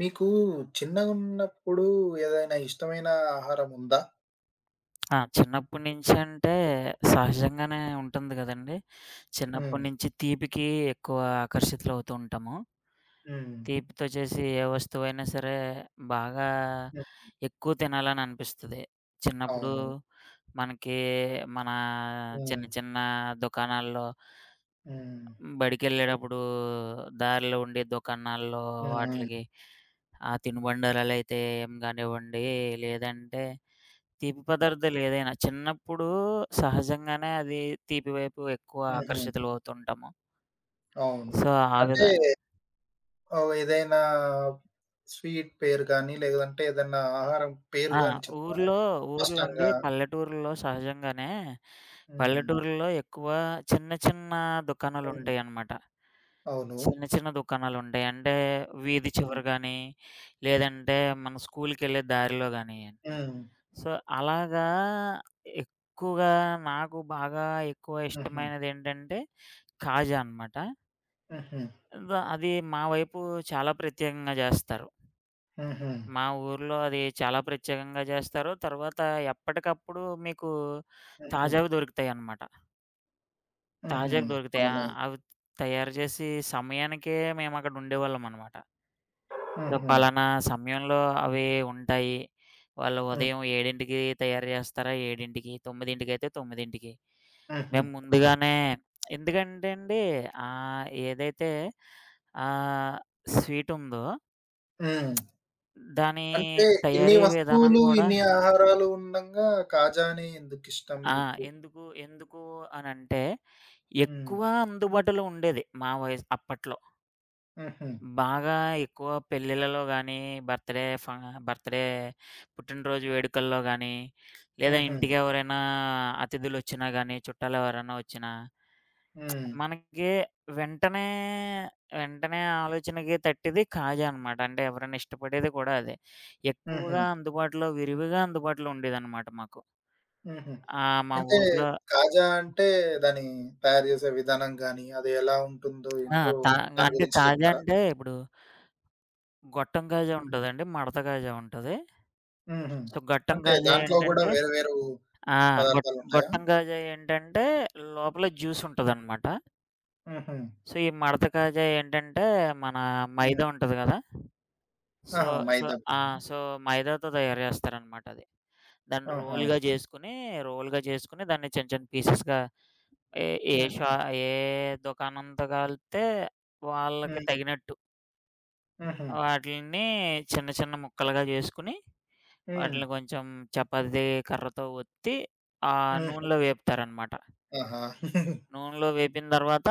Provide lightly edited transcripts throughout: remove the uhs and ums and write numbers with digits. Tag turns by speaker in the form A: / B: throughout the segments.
A: మీకు చిన్నగున్నప్పుడు ఏదైనా ఇష్టమైన ఆహారం ఉందా?
B: ఆ! చిన్నప్పటి నుంచి అంటే సహజంగానే ఉంటుంది గదండీ.
A: హ్మ్.
B: చిన్నప్పటి నుంచి తీపికి ఎక్కువ ఆకర్షితులవుతూ ఉంటాము.
A: హ్మ్.
B: తీపితో చేసి ఏ వస్తువైనా సరే బాగా
A: హ్మ్.
B: ఎక్కువ తినాలని అనిపిస్తది. చిన్నప్పుడు
A: అవును.
B: మనకి మన చిన్న
A: హ్మ్.
B: చిన్న దుకాణాల్లో
A: హ్మ్.
B: హ్మ్. బడికెళ్ళేటప్పుడు దారిలో ఉండే దుకాణాల్లో
A: హ్మ్. హ్మ్.
B: వాటిలకి ఆ తినుబండారాలైతే ఏం గానివ్వండి, లేదంటే తీపి పదార్థాలు ఏదైనా చిన్నప్పుడు సహజంగానే అది తీపి వైపు ఎక్కువ
A: హుహు.
B: ఆకర్షితులవుతుంటాము.
A: అవును.
B: సో, ఆ విధ
A: అంటే ఏదైనా స్వీట్ పేరు గాని, లేదంటే ఏదన్నా ఆహారం పేరు
B: ఆ!
A: గాని చెప్తారా?
B: ఊర్లో ఊర్లో అండి
A: స్పష్టంగా.
B: పల్లెటూరుల్లో సహజంగానే
A: హ్మ్.
B: పల్లెటూరుల్లో ఎక్కువ చిన్న చిన్న
A: హ్మ్.
B: దుకాణాలుంటాయనమాట.
A: అవును.
B: చిన్న చిన్న దుకాణాలుంటాయి. అంటే వీధి చివర
A: హ్మ్.
B: గాని, లేదంటే మన స్కూలుకెళ్ళే దారిలో గాని.
A: హ్మ్.
B: సో, అలాగా ఎక్కువగా నాకు బాగా ఎక్కువ
A: హుహు.
B: ఇష్టమైనదేంటంటే కాజా అనమాట.
A: హుహు.
B: అది మా వైపు చాలా ప్రత్యేకంగా జేస్తారు.
A: హుహు.
B: మా ఊర్లో అది చాలా ప్రత్యేకంగా జేస్తారు. తర్వాత ఎప్పటికప్పుడు మీకు
A: హుహు.
B: తాజావి దొరుకుతాయనమాట.
A: హుహు.
B: తాజాగా దొరుకుతాయి. ఆ!
A: అవునా?
B: అవి తయారు జేసి సమయానికే మేమక్కడ ఉండేవాళ్ళమనమాట. సో,
A: హుహు.
B: పలానా సమయంలో అవి ఉంటాయి. వాళ్ళు
A: హ్మ్.
B: ఉదయం 7కి తయారు చేస్తారా 7కి, 9కి అయితే 9కి.
A: హుహు.
B: మేము ముందుగానే ఎందుకంటే అండి ఏదైతే ఆహ్, స్వీట్ ఉందో
A: హ్మ్.
B: దాని
A: అంటే ఇన్ని
B: తయారీ విధానం
A: వస్తువులు,
B: గూడా
A: ఇన్ని ఆహారాలు ఉండంగా కాజానే ఎందుకిష్టం
B: ఆ!
A: మీకు?
B: ఎందుకు అనంటే
A: హ్మ్.
B: ఎక్కువ అందుబాటులో ఉండేది మా వయసు అప్పట్లో.
A: హుహు.
B: బాగా ఎక్కువ పెళ్ళిళ్ళలో గానీ, బర్త్‌డే ఫ బర్త్‌డే, పుట్టినరోజు వేడుకల్లో గానీ, లేదా
A: హుహు.
B: ఇంటికెవరైనా అతిథులొచ్చినా గానీ, చుట్టాలెవరైనా వచ్చినా,
A: హ్మ్.
B: మనకి వెంటనే, వెంటనే ఆలోచనకి తట్టిది కాజా అనమాట. అంటే ఎవరైనా ఇష్టపడేది కూడా అదే.
A: హుహు.
B: ఎక్కువగా అందుబాటులో, విరివిగా అందుబాటులో ఉండేదనమాట మాకు.
A: హుహు.
B: మా
A: అంటే
B: ఊర్లో
A: కాజా అంటే దాని తయారు చేసే విధానం గాని, అది ఎలా ఉంటుందో
B: ఆ!
A: ఏంటో
B: తా
A: దాని
B: అంటే
A: గురించి
B: కాజా
A: చెప్తారా?
B: అంటే ఇప్పుడు గొట్టం కాజా
A: హ్మ్.
B: ఉంటదండి. మడత కాజా ఉంటది.
A: హుహు.
B: సో, గొట్టం
A: అంటే
B: కాజా
A: దాంట్లో గూడా
B: ఏంటంటే
A: వేరు వేరు
B: ఆ!
A: పదార్థాలుంటాయా?
B: గొట్టం కాజాయి ఏంటంటే లోపల జ్యూస్ ఉంటదనమాట.
A: హుహు.
B: సో, ఈ మడత కాజాయి ఏంటంటే మన
A: హ్మ్.
B: మైదా ఉంటది కదా! సో
A: ఆహా!
B: సో
A: మైదా
B: ఆ!
A: పిండియా?
B: సో మైదాతో తయారు చేస్తారనమాట అది. దాన్ని
A: ఆహా!
B: రోల్‌గా చేసుకొని, రోల్‌గా చేసుకొని దాన్ని చిన్న చిన్న పీసెస్‌గా ఏ ఏ
A: హ్మ్.
B: షా ఏ దుకాణంతో కలిపితే వాళ్ళకి
A: హ్మ్.
B: తగినట్టు
A: హుహు.
B: వాటిలిని చిన్న చిన్న ముక్కలుగా చేసుకొని,
A: హ్మ్.
B: వాటిలిని కొంచెం చపాతీ కర్రతో ఒత్తి ఆ
A: హుహు.
B: నూనెలో వేపుతారనమాట.
A: ఆహా!
B: నూనెలో వేపిన తర్వాత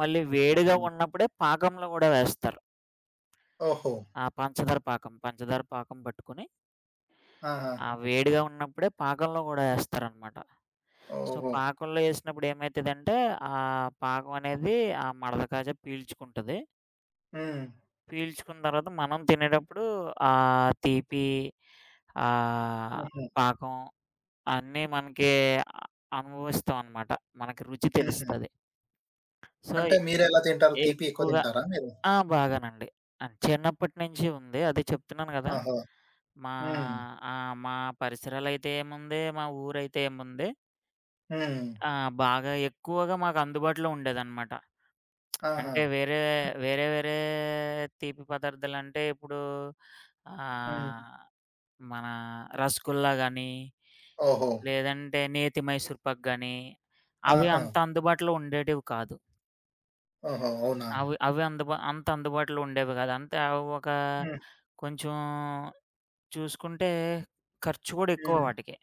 B: మళ్ళీ వేడిగా
A: హ్మ్.
B: ఉన్నప్పుడే పాకంలో గూడా వేస్తారు.
A: ఓహో!
B: ఆ పంచదార పాకం, పంచదార పాకం పట్టుకొని
A: ఆహా!
B: ఆ వేడిగా ఉన్నప్పుడే పాకంలో గూడా ఏస్తారనమాట. సో,
A: ఓహో!
B: పాకంలో ఏసినప్పుడు ఏమైతదంటే పాకం అనేది ఆ మడత కాజా పీల్చుకుంటది.
A: హ్మ్.
B: పీల్చుకున్న తర్వాత మనం తినేటప్పుడు ఆ తీపి ఆహ్,
A: హుహు.
B: పాకం అన్నీ మనకి అ అనుభవిస్తాం అనమాట. మనకి రుచి
A: హుహు.
B: తెలుస్తది. సో,
A: అంటే మీరెలా తింటారు? తీపి ఎక్కువ
B: ఎక్కువగా
A: తింటారా మీరు?
B: ఆ! బాగానండి. చిన్నప్పటి నుంచి ఉంది. అదే చెప్తున్నాను గదా!
A: ఆహా!
B: మా
A: హ్మ్.
B: ఆ! మా పరిసరాలైతే ఏముంది, మా ఊరైతే ఏముంది.
A: హ్మ్.
B: ఆ! బాగా ఎక్కువగా మాకు అందుబాటులో ఉండేదనమాట.
A: ఆహా!
B: అంటే వేరే వేరే తీపి పదార్థాలంటే ఇప్పుడు
A: హ్మ్.
B: ఆహ్, మన రసగుల్లా గానీ,
A: ఓహో!
B: లేదంటే నేతి మైసూర్ పాక్ గానీ, అవి
A: ఆహా!
B: అంత అందుబాటులో ఉండేటివి కాదు.
A: ఓహో! అవునా?
B: అవి అవి అందుబా అంత అందుబాటులో ఉండేవి గాదు. అంతే అవి ఒక
A: హ్మ్.
B: కొంచెం చూసుకుంటే ఖర్చు కూడా ఎక్కువ
A: హ్మ్.
B: వాటికి.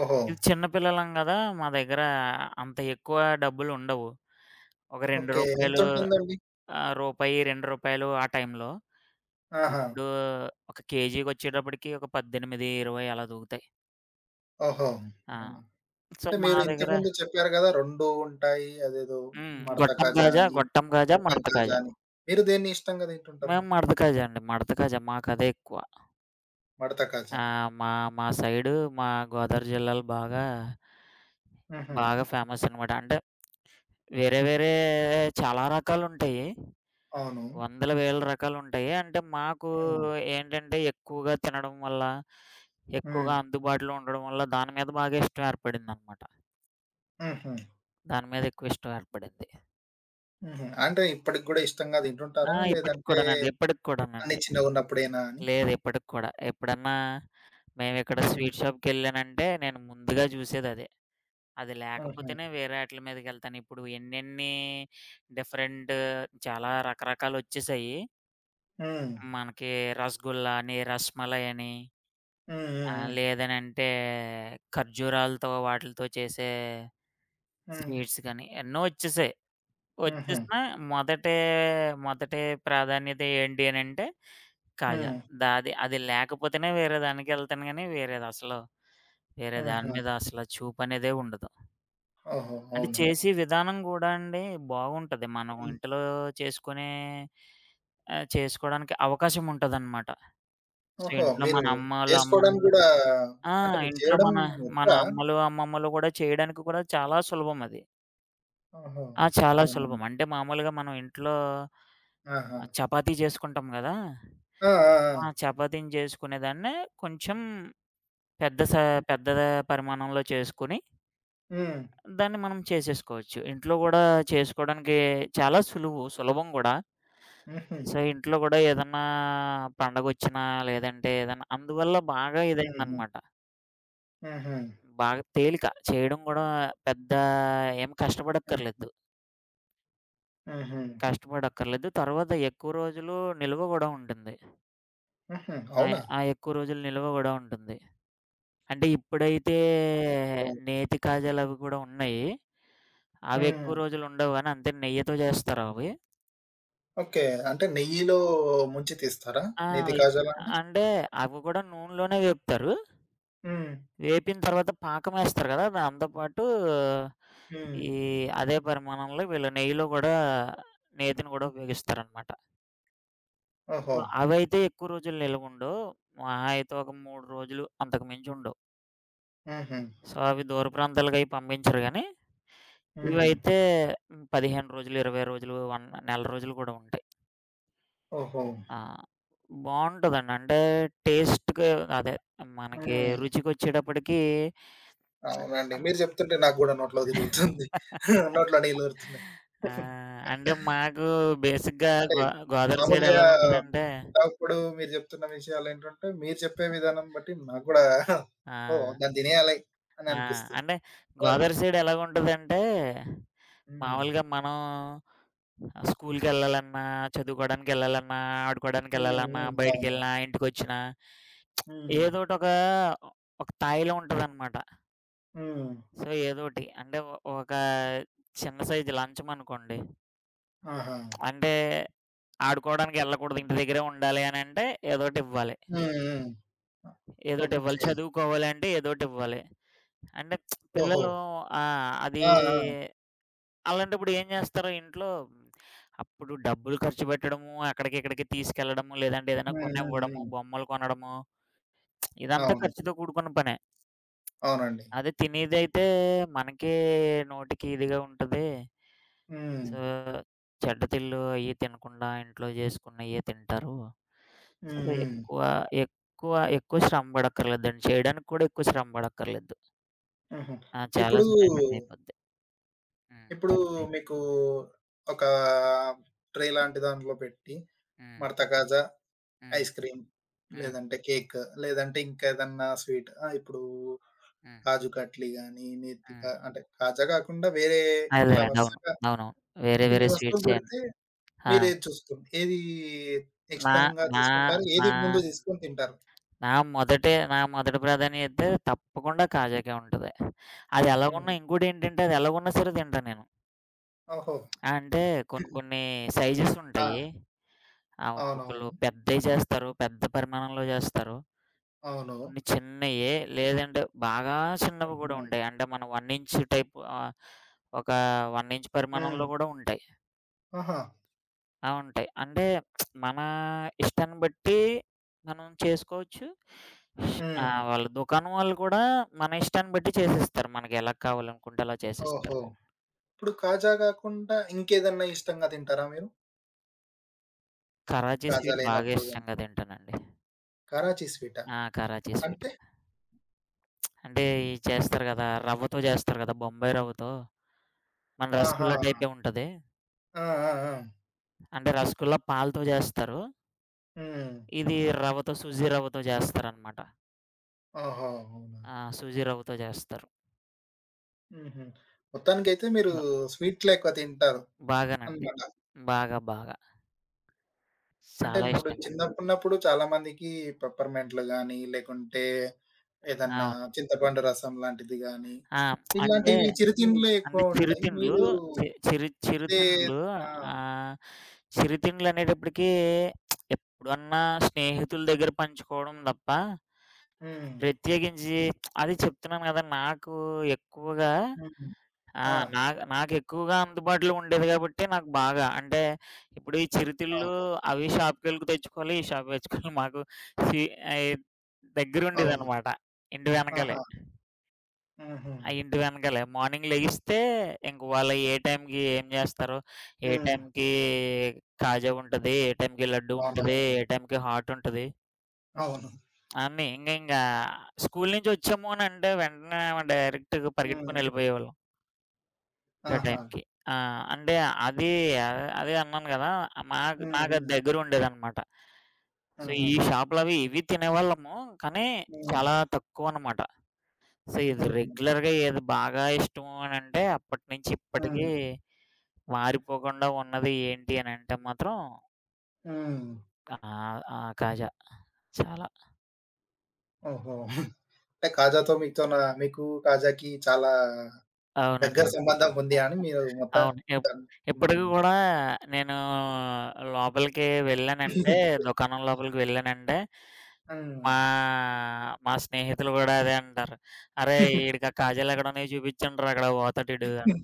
A: ఓహో!
B: ఇది చిన్న పిల్లలం గదా! మా దగ్గర అంత ఎక్కువ డబ్బులుండవు. ఒక రూ. 2
A: ఓకే.
B: రూ.
A: ఎంతుంటుందండి?
B: 1, రూ. 2 ఆ టైంలో.
A: ఆహా!
B: ఇప్పుడు ఒక కేజీకొచ్చేటప్పటికి ఒక 18, 20 అలా దూకుతాయి.
A: ఓహో!
B: ఆ!
A: అవునా?
B: సో,
A: అంటే
B: మా
A: మీరు
B: దగ్గర
A: ఇంతకుముందు చెప్పారు గదా! 2 ఉంటాయి. అదేదో
B: హ్మ్.
A: మడత
B: గొట్టం
A: కాజా
B: కాజా,
A: అని, గొట్టం
B: మడత
A: కాజా
B: కాజా.
A: అని. మీరు దేన్ని ఇష్టంగా తింటుంటారు?
B: మేము మడత కాజా అండి. మడత కాజా మాకదే ఎక్కువ.
A: మడత కాజా.
B: మా మా సైడు మా గోదావరి జిల్లాలో బాగా,
A: హుహు.
B: బాగా ఫేమస్ అనమాట. అంటే వేరే వేరే చాలా రకాలుంటాయి.
A: అవును.
B: వందల, వేల రకాలుంటాయి. అంటే మాకు
A: హ్మ్.
B: ఏంటంటే ఎక్కువగా తినడం వల్ల,
A: హ్మ్.
B: ఎక్కువగా అందుబాటులో ఉండడం వల్ల దాని మీద బాగా ఇష్టం ఏర్పడిందనమాట.
A: హుహు.
B: దాని మీద ఎక్కువ ఇష్టం ఏర్పడింది.
A: హుహు. అంటే ఇప్పటికి గూడా ఇష్టంగా
B: ఆ!
A: తింటుంటారా?
B: ఇప్పటికి
A: లేదంటే
B: కూడానండి. ఇప్పటికి
A: అన్ని
B: కూడానండి.
A: చిన్నగున్నప్పుడేనా అని?
B: లేదు ఇప్పటికి కూడా. ఎప్పుడన్నా మేమిక్కడ
A: హ్మ్.
B: స్వీట్ షాప్‌కెళ్ళానంటే నేను ముందుగా చూసేదదే. అది
A: హుహు.
B: లేకపోతేనే వేరే ఆటిల మీదకెళ్తాను. ఇప్పుడు ఎన్నెన్ని డిఫరెంట్ చాలా రకరకాలొచ్చేసాయి.
A: హ్మ్.
B: మనకి రసగుల్లా అని, రసమలై అని
A: హ్మ్. హ్మ్. హ్మ్.
B: లేదనంటే ఖర్జూరాలతో వాటిలతో చేసే
A: హ్మ్.
B: స్వీట్స్ గాని, ఎన్నో వచ్చేసాయి.
A: హుహు.
B: వచ్చేసినా మొదటే మొదటి ప్రాధాన్యత ఏంటి అనంటే కాజా.
A: హ్మ్.
B: అది అది లేకపోతేనే వేరే దానికెళ్తాను గానీ, వేరే దాని
A: హుహు.
B: మీద అసల చూపనేదే ఉండదు.
A: ఓహో!
B: అంటే
A: అవునా?
B: చేసే విధానం గూడా అండి బాగుంటది. మనం
A: హ్మ్.
B: ఇంట్లో చేసుకునే చేసుకోడానికి అవకాశం ఉంటదనమాట. సో,
A: ఓహో!
B: ఇంట్లో
A: మీరు
B: మన అమ్మోళ్ళు,
A: చేసుకోవడం
B: అమ్మమ్మలు
A: గూడా
B: ఆ!
A: అంటే మీకు
B: ఇంట్లో
A: చేయడం
B: మన మన
A: వచ్చా?
B: అమ్మలు, అమ్మమ్మలు గూడా చేయడానికి కూడా చాలా సులభం అది.
A: ఓహో!
B: ఆ! చాలా
A: అవునా?
B: సులభం. అంటే మామూలుగా మనం ఇంట్లో
A: ఆహా!
B: చపాతీ చేసుకుంటాం గదా!
A: ఆ! ఆ! ఆ!
B: ఆ! చపాతీని చేసుకునేదాన్నే కొంచెం పెద్ద స పెద్ద పరిమాణంలో చేసుకొని,
A: హ్మ్.
B: దాన్ని మనం చేసేసుకోవచ్చు. ఇంట్లో గూడా చేసుకోవడానికి చాలా సులువు, సులభం గూడా.
A: హుహు.
B: సో, ఇంట్లో గూడా ఏదన్నా పండగొచ్చినా, లేదంటే ఏదన్నా అందువల్ల బాగా
A: హుహు.
B: ఇదైందనమాట.
A: హుహు.
B: బాగా తేలిక. చేయడం గూడా పెద్ద ఏం
A: హ్మ్.
B: కష్టపడక్కర్లేదు.
A: హుహు.
B: కష్టపడక్కర్లేదు. తర్వాత ఎక్కువ రోజులు నిల్వ గూడా ఉంటుంది.
A: హుహు.
B: ఆ!
A: అవునా?
B: ఆ ఎక్కువ రోజులు నిల్వ గూడా ఉంటుంది. అంటే ఇప్పుడైతే
A: ఓహ్!
B: నేతి కాజాలవి గూడా ఉన్నాయి. అవి
A: హ్మ్.
B: ఎక్కువ రోజులు ఉండవు గానీ అంతే నెయ్యితో జేస్తారు అవి.
A: ఓకే. అంటే నెయ్యిలో ముంచి తీస్తారా?
B: ఆ!
A: నేతి కాజాలంటే?
B: అంటే అవి గూడా నూనెలోనే వేపుతారు.
A: హ్మ్.
B: వేపిన తర్వాత పాకం ఏస్తారు గదా! దాంతో పాటు
A: హ్మ్.
B: ఈ అదే పరిమాణంలో వీళ్ళు నెయ్యిలో గూడా నేతిని గూడా ఉపయోగిస్తారనమాట. సో,
A: ఓహో!
B: అవైతే ఎక్కువ రోజులు నిలవుండవు. మహా అయితే ఒక 3 రోజులు అంతకు మించుండవు.
A: హుహు.
B: సో, అవి దూర ప్రాంతాలకయి పంపించరు గానీ,
A: హ్మ్.
B: ఇవైతే హ్మ్, 15 రోజులు, 20 రోజులు, వన్ నెల రోజులు కూడా ఉంటాయి.
A: ఓహో!
B: ఆ! బావుంటదండి. అంటే టేస్ట్‌కి అదే మనకి
A: హ్మ్.
B: రుచికొచ్చేటప్పటికి
A: అవునండి.
B: అన్
A: మీరు చెప్తుంటే నాకు గూడా నోట్లో తిరుగుతుంది. నోట్లో నీళ్ళూరుతున్నాయి.
B: ఆ! అంటే మాకు బేసిక్‌గా
A: అంటే
B: గోదావరి సైడ్
A: మామూలుగా
B: ఎలాగుంటదంటే
A: ఇందాకప్పుడు మీరు చెప్తున్న విషయాలేంటంటే, మీరు చెప్పే విధానం బట్టి నాకు గూడా
B: ఆ!
A: ఓహ్! దాన్ని తినేయాలి అని
B: ఆ!
A: అనిపిస్తుంది.
B: అంటే
A: ఆ!
B: గోదావరి సైడ్ ఎలాగుంటదంటే,
A: హ్మ్.
B: మామూలుగా మనం స్కూల్‌కెళ్ళాలన్నా, చదువుకోవడానికెళ్ళాలన్నా,
A: హ్మ్.
B: ఆడుకోవడానికెళ్ళాలన్నా,
A: హ్మ్. అవును.
B: బయటికెళ్ళినా, ఇంటికొచ్చినా
A: హ్మ్.
B: ఏదోటి ఒక, ఒక స్థాయిలో ఉంటదనమాట.
A: హ్మ్.
B: సో, ఏదోటి అంటే ఒ ఒక చిన్న సైజు లంచం అనుకోండి.
A: ఆహా!
B: అంటే ఆడుకోవడానికి ఎళ్ళకూడదు, ఇంటి దగ్గరే ఉండాలి అనంటే ఏదోటి ఇవ్వాలి.
A: హ్మ్. హ్మ్.
B: ఏదోటి ఇవ్వాలి,
A: ఓకే.
B: చదువుకోవాలి అంటే ఏదోటి ఇవ్వాలి. అంటే
A: ఓహో!
B: పిల్లలు ఆ! అది
A: ఆ! ఆ!
B: అలాంటప్పుడు ఏం జేస్తారు ఇంట్లో అప్పుడు డబ్బులు ఖర్చు పెట్టడము, అక్కడికి ఇక్కడికి తీసుకెళ్లడము, లేదంటే ఏదైనా
A: హ్మ్. హ్మ్.
B: కొనివ్వడము,
A: హ్మ్.
B: బొమ్మలు కొనడము ఇదంతా
A: అవును.
B: ఖర్చుతో కూడుకున్న పనే.
A: అవునండి.
B: అదే తినేదైతే మనకే నోటికి ఇదిగా ఉంటది.
A: హ్మ్.
B: సో, చెడ్డ తిళ్ళు అయ్యి తినకుండా ఇంట్లో జేసుకున్నయ్యే తింటారు. సో,
A: హ్మ్. హ్మ్.
B: ఎక్కువ ఎక్కువ ఎక్కువ శ్రమ పడక్కర్లేదండి. చేయడానికి కూడా ఎక్కువ శ్రమ పడక్కర్లేదు.
A: హుహు.
B: ఆ! చాలా
A: ఇప్పుడు,
B: సునాయాసంగా అయిపోద్ది. హ్మ్.
A: ఇప్పుడు
B: చెప్పండి.
A: మీకు ఒక ట్రే లాంటి దాంట్లో పెట్టి
B: హ్మ్.
A: మడత కాజా,
B: హ్మ్.
A: ఐస్ క్రీమ్,
B: హ్మ్.
A: లేదంటే కేక్, లేదంటే ఇంకేదన్నా స్వీట్ ఇప్పుడు
B: హ్మ్.
A: కాజు కట్లీ గాని, నేతి
B: హ్మ్.
A: కా అంటే కాజా కాకుండా వేరే ఇట్లా
B: అదేలెండి. అవును.
A: వరుసగా
B: అవునవును. వేరే
A: ఇన్ని
B: వేరే
A: వస్తువులు
B: స్వీట్స్ ఏమి
A: పెడితే
B: ఆ!
A: మీరేది చూసుకుం ఏది
B: నా
A: ఇష్టంగా
B: నా
A: తీసుకుంటారు?
B: నా
A: ఏది ముందు తీసుకొని తింటారు?
B: నా మొదటి నా మొదటి ప్రాధాన్యత తప్పకుండా కాజాకే ఉంటది.
A: హ్మ్.
B: అది ఎలాగున్నా సరే తింటా నేను.
A: ఓహో!
B: అంటే కొన్ని కొన్ని సైజెస్
A: ఆ!
B: ఉంటాయి. ఆ! ఒక్కొక్కళ్ళు
A: అవునవును.
B: పెద్దయి చేస్తారు. పెద్ద పరిమాణంలో చేస్తారు.
A: అవును.
B: కొన్ని చిన్నయి లేదంటే బాగా చిన్నవి కూడా
A: హుహు.
B: ఉంటాయి. అంటే మనం 1 ఇంచ్ టైప్ ఒక 1 ఇంచ్ పరిమాణంలో
A: హ్మ్.
B: కూడా ఉంటాయి.
A: ఆహా!
B: ఆ! ఉంటాయి. అంటే మన ఇష్టాన్ని బట్టి మనం చేసుకోవచ్చు. ఆ!
A: హ్మ్.
B: వాళ్ళ దుకాణం వాళ్ళు కూడా మన ఇష్టాన్ని బట్టి చేసిస్తారు. మనకి ఎలా కావాలనుకుంటే అలా చేసిస్తారు.
A: ఓహో! ఇప్పుడు కాజా గాకుండా ఇంకేదన్నా ఇష్టంగా తింటారా మీరు?
B: కరాచీ
A: కాజా
B: స్వీట్ బాగా
A: లేనప్పుడు గాని.
B: ఇష్టంగా తింటానండి.
A: కరాచీ స్వీటా?
B: ఆ! కరాచీ స్వీట్.
A: అంటే
B: అంటే ఇయి చేస్తారు కదా! రవ్వతో చేస్తారు కదా! బొంబాయి రవ్వతో. మన
A: ఆహా!
B: రసగుల్లా టైపే ఉంటది.
A: ఆ! ఆ! ఆ!
B: అంటే రసగుల్లా పాలతో చేస్తారు.
A: హ్మ్.
B: ఇది సూజీ రవ్వతో చేస్తారనమాట.
A: ఓహో! అవునా!
B: ఆ! సూజీ రవ్వతో చేస్తారు.
A: హుహు. మొత్తానికైతే మీరు
B: బ
A: స్వీట్‌లే ఎక్కువ తింటారు
B: బాగానండి.
A: అన్నమాట.
B: బాగా బాగా.
A: అంటే
B: చాలా
A: ఇప్పుడు
B: ఇష్టంగా.
A: చిన్నగున్నప్పుడు చాలా మందికి పెప్పర్‌మెంట్‌లు గాని, లేకుంటే ఏదన్నా
B: అవును.
A: చింతపండు రసం లాంటిది గాని,
B: ఆ! అంటే,
A: ఇలాంటివి చిరుతిండ్లే
B: అంటే
A: ఎక్కువ ఉంటాయి.
B: చిరుతిండ్లు
A: మీరు
B: చి చిరు
A: ఇదే
B: చిరుతిండ్లు
A: ఆ!
B: ఆహ్, చిరుతిండ్లనేటప్పటికి ఎప్పుడన్నా స్నేహితుల దగ్గర పంచుకోవడం తప్ప,
A: హ్మ్.
B: ప్రత్యేకించి అది చెప్తున్నాను గదా! నాకు ఎక్కువగా
A: హ్మ్.
B: ఆ!
A: ఆ!
B: నా నాకెక్కువగా అందుబాటులో ఉండేది గాబట్టి నాకు బాగా అంటే, ఇప్పుడు ఈ చిరుతిళ్ళు
A: అవును.
B: అవి షాప్‌కెళ్ళి తెచ్చుకోవాలి, ఈ షాప్ తెచ్చుకోవాలి. మాకు సి అయి
A: అవును.
B: దగ్గరుండేదనమాట. ఇంటి వెనకాలే.
A: ఆహా! హుహు.
B: ఆ! ఇంటి వెనకాలే. మార్నింగ్ లెగిస్తే ఇంక వాళ్ళు ఏ టైంకి ఏం జేస్తారు? ఏ
A: హ్మ్.
B: టైంకి కాజా ఉంటది, ఏ టైంకి లడ్డు ఉంటది,
A: అవునవును.
B: ఏ టైంకి హాట్ ఉంటది.
A: అవును.
B: అన్నీ ఇంగా స్కూలు నుంచి వచ్చాము అనంటే వెంటనే డైరెక్ట్‌గా
A: హ్మ్.
B: పరిగెట్టుకొని ఎళ్ళిపోయేవాళ్ళం ఆ
A: ఆహా!
B: టైంకి. ఆ! అంటే అది అదే అదే అన్నాను గదా! మాకు
A: హ్మ్.
B: నాకది
A: హ్మ్.
B: దగ్గరుండేదనమాట. సో,
A: ఆహా!
B: ఈ షాపులవి ఇవి తినేవాళ్ళము. కానీ
A: హ్మ్.
B: చాలా తక్కువనమాట. సో, ఇది
A: హుహు.
B: రెగ్యులర్‌గా ఏది బాగా ఇష్టము అనంటే అప్పటినుంచి ఇప్పటికి
A: హ్మ్.
B: మారిపోకుండా ఉన్నది ఏంటి అనంటే మాత్రం
A: హ్మ్.
B: ఆ! కాజా. చాలా.
A: ఓహో! అంటే కాజాతో మీతోన మీకు కాజాకి చాలా
B: అవునండి.
A: దగ్గర
B: అవును.
A: సంబంధం ఉంది అని
B: ఆహా!
A: మీరు
B: అవును.
A: మొత్తానికన్నారు.
B: ఇప్పటికి గూడా నేను లోపలికి వెళ్ళానంటే, దుకాణం లోపలికి వెళ్ళానంటే,
A: హ్మ్.
B: మా మా స్నేహితులు గూడా అదే అంటారు. "అరేయ్! ఈడికి ఆ కాజాలెక్కడున్నాయో చూపించండ్రా అక్కడ పోతాడు ఈడు" అని.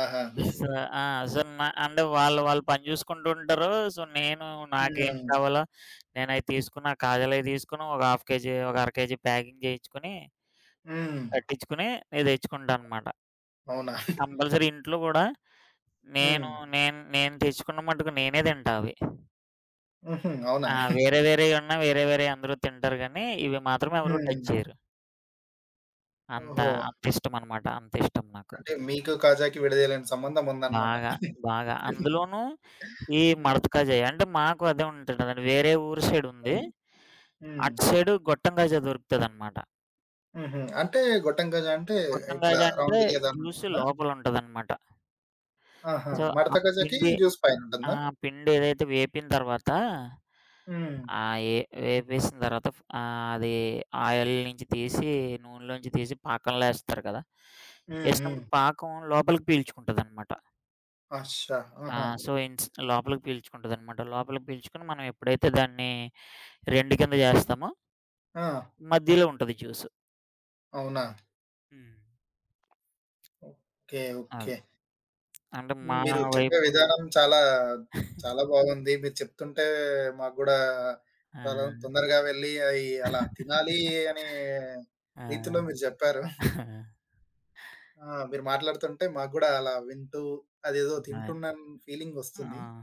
A: ఆహా!
B: సో, ఆ! సో, నా అంటే వాళ్ళు వాళ్ళు పని చూసుకుంటూ ఉంటారు. సో, నేను నాకేం
A: హ్మ్.
B: కావాలో నేనయి తీసుకుని, ఆ కాజాలయి తీసుకొని, ఒక ½ కేజీ, ఒక అర కేజీ ప్యాకింగ్ చేయించుకొని,
A: హ్మ్.
B: కట్టించుకొని నేను తెచ్చుకుంటాననమాట.
A: అవునా?
B: కంపల్సరీ ఇంట్లో గూడా
A: హ్మ్.
B: నేను నేను నేను తెచ్చుకున్న మట్టుకు నేనే తింటా అవి.
A: హుహు. అవునా?
B: ఆ! వేరే వేరేయి అందరూ తింటారు గానీ, ఇవి మాత్రం ఎవరు
A: హ్మ్.
B: టచ్ చేయరు. అంత
A: ఓహో!
B: అంతిష్టమనమాట. అంతిష్టం నాకు.
A: అంటే మీకు కాజాకి విడదీయలేని సంబంధం ఉందన్నమాట.
B: బాగా. బాగా.
A: హ్మ్.
B: అందులోనూ ఈ మడత కాజాయి. అంటే మాకు అదే ఉంటుంది కదండీ. వేరే ఊరు సైడ్ ఉంది.
A: హ్మ్. హ్మ్.
B: అటు సైడు గొట్టం కాజా దొరుకుతదనమాట.
A: హుహు. అంటే గొట్టం గజ అంటే
B: గొట్టం
A: ఇట్లా
B: కాజా అంటే
A: రౌండ్ గేదాని
B: జ్యూస్
A: ఉంటుందా?
B: లోపల ఉంటదనమాట.
A: ఆహా!
B: సో,
A: మడత
B: ఆ
A: గజకి
B: పిండి
A: జ్యూస్
B: ఆ!
A: పైనుంటుందా?
B: పిండి ఏదైతే వేపిన తర్వాత
A: హ్మ్.
B: ఆహ్, ఏ వేపేసిన తర్వాత అది ఆయిల్ నుంచి తీసి నూనెలోంచి తీసి పాకంలో ఏస్తారు కదా!
A: హ్మ్. హ్మ్.
B: ఏసినప్పుడు పాకం లోపలికి పీల్చుకుంటదనమాట.
A: అచ్చా!
B: ఆ!
A: ఆహా!
B: సో, లోపలికి పీల్చుకుంటదనమాట. లోపలికి పీల్చుకొని మనం ఎప్పుడైతే దాన్ని 2 కింద జేస్తామో
A: ఆ!
B: మధ్యలో ఉంటది జ్యూసు.
A: అవునా?
B: హ్మ్.
A: ఓకే.
B: అది.
A: ఓకే.
B: అంటే మా
A: హ్మ్. మీరు చెప్పే
B: వైపు
A: విధానం చాలా, చాలా బాగుంది. మీరు చెప్తుంటే మాకు గూడా
B: ఆ!
A: త్వర తొందరగా వెళ్లి అయి అలా తినాలి అనే రీతిలో
B: ఆ!
A: మీరు చెప్పారు.
B: ఆ!
A: ఆ! మీరు మాట్లాడుతుంటే మాకు గూడా అలా వింటూ అదేదో తింటున్నాను ఫీలింగొస్తుంది.
B: ఆ!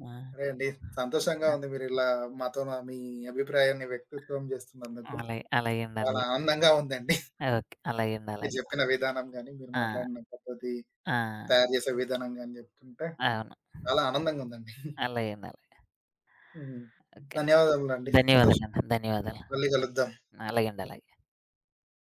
B: ఆ!
A: సరే అండి. సంతోషంగా
B: అ!
A: ఉంది మీరిలా మాతో నా మీ అభిప్రాయాన్ని వ్యక్తిత్వం చేస్తున్నందుకు.
B: అలాగే. అలాగేండి.
A: చాలా
B: అలాగే.
A: ఆనందంగా ఉందండి.
B: ఓకే. అలాగేండి.
A: మీరు
B: అలాగే.
A: చెప్పిన విధానం గాని, మీరు
B: ఆ!
A: మాట్లాడిన పద్ధతి,
B: ఆ!
A: తయారు చేసే విధానం గాని చెప్తుంటే
B: అవును.
A: చాలా ఆనందంగా ఉందండి.
B: అలాగేండి. అలాగే.
A: హ్మ్.
B: ఓకే అండి.
A: ధన్యవాదములండి. సంతోషం.
B: ధన్యవాదాలండి. ధన్యవాదాలు.
A: మళ్ళీ కలుద్దాం.
B: అలాగేండి. అలాగే.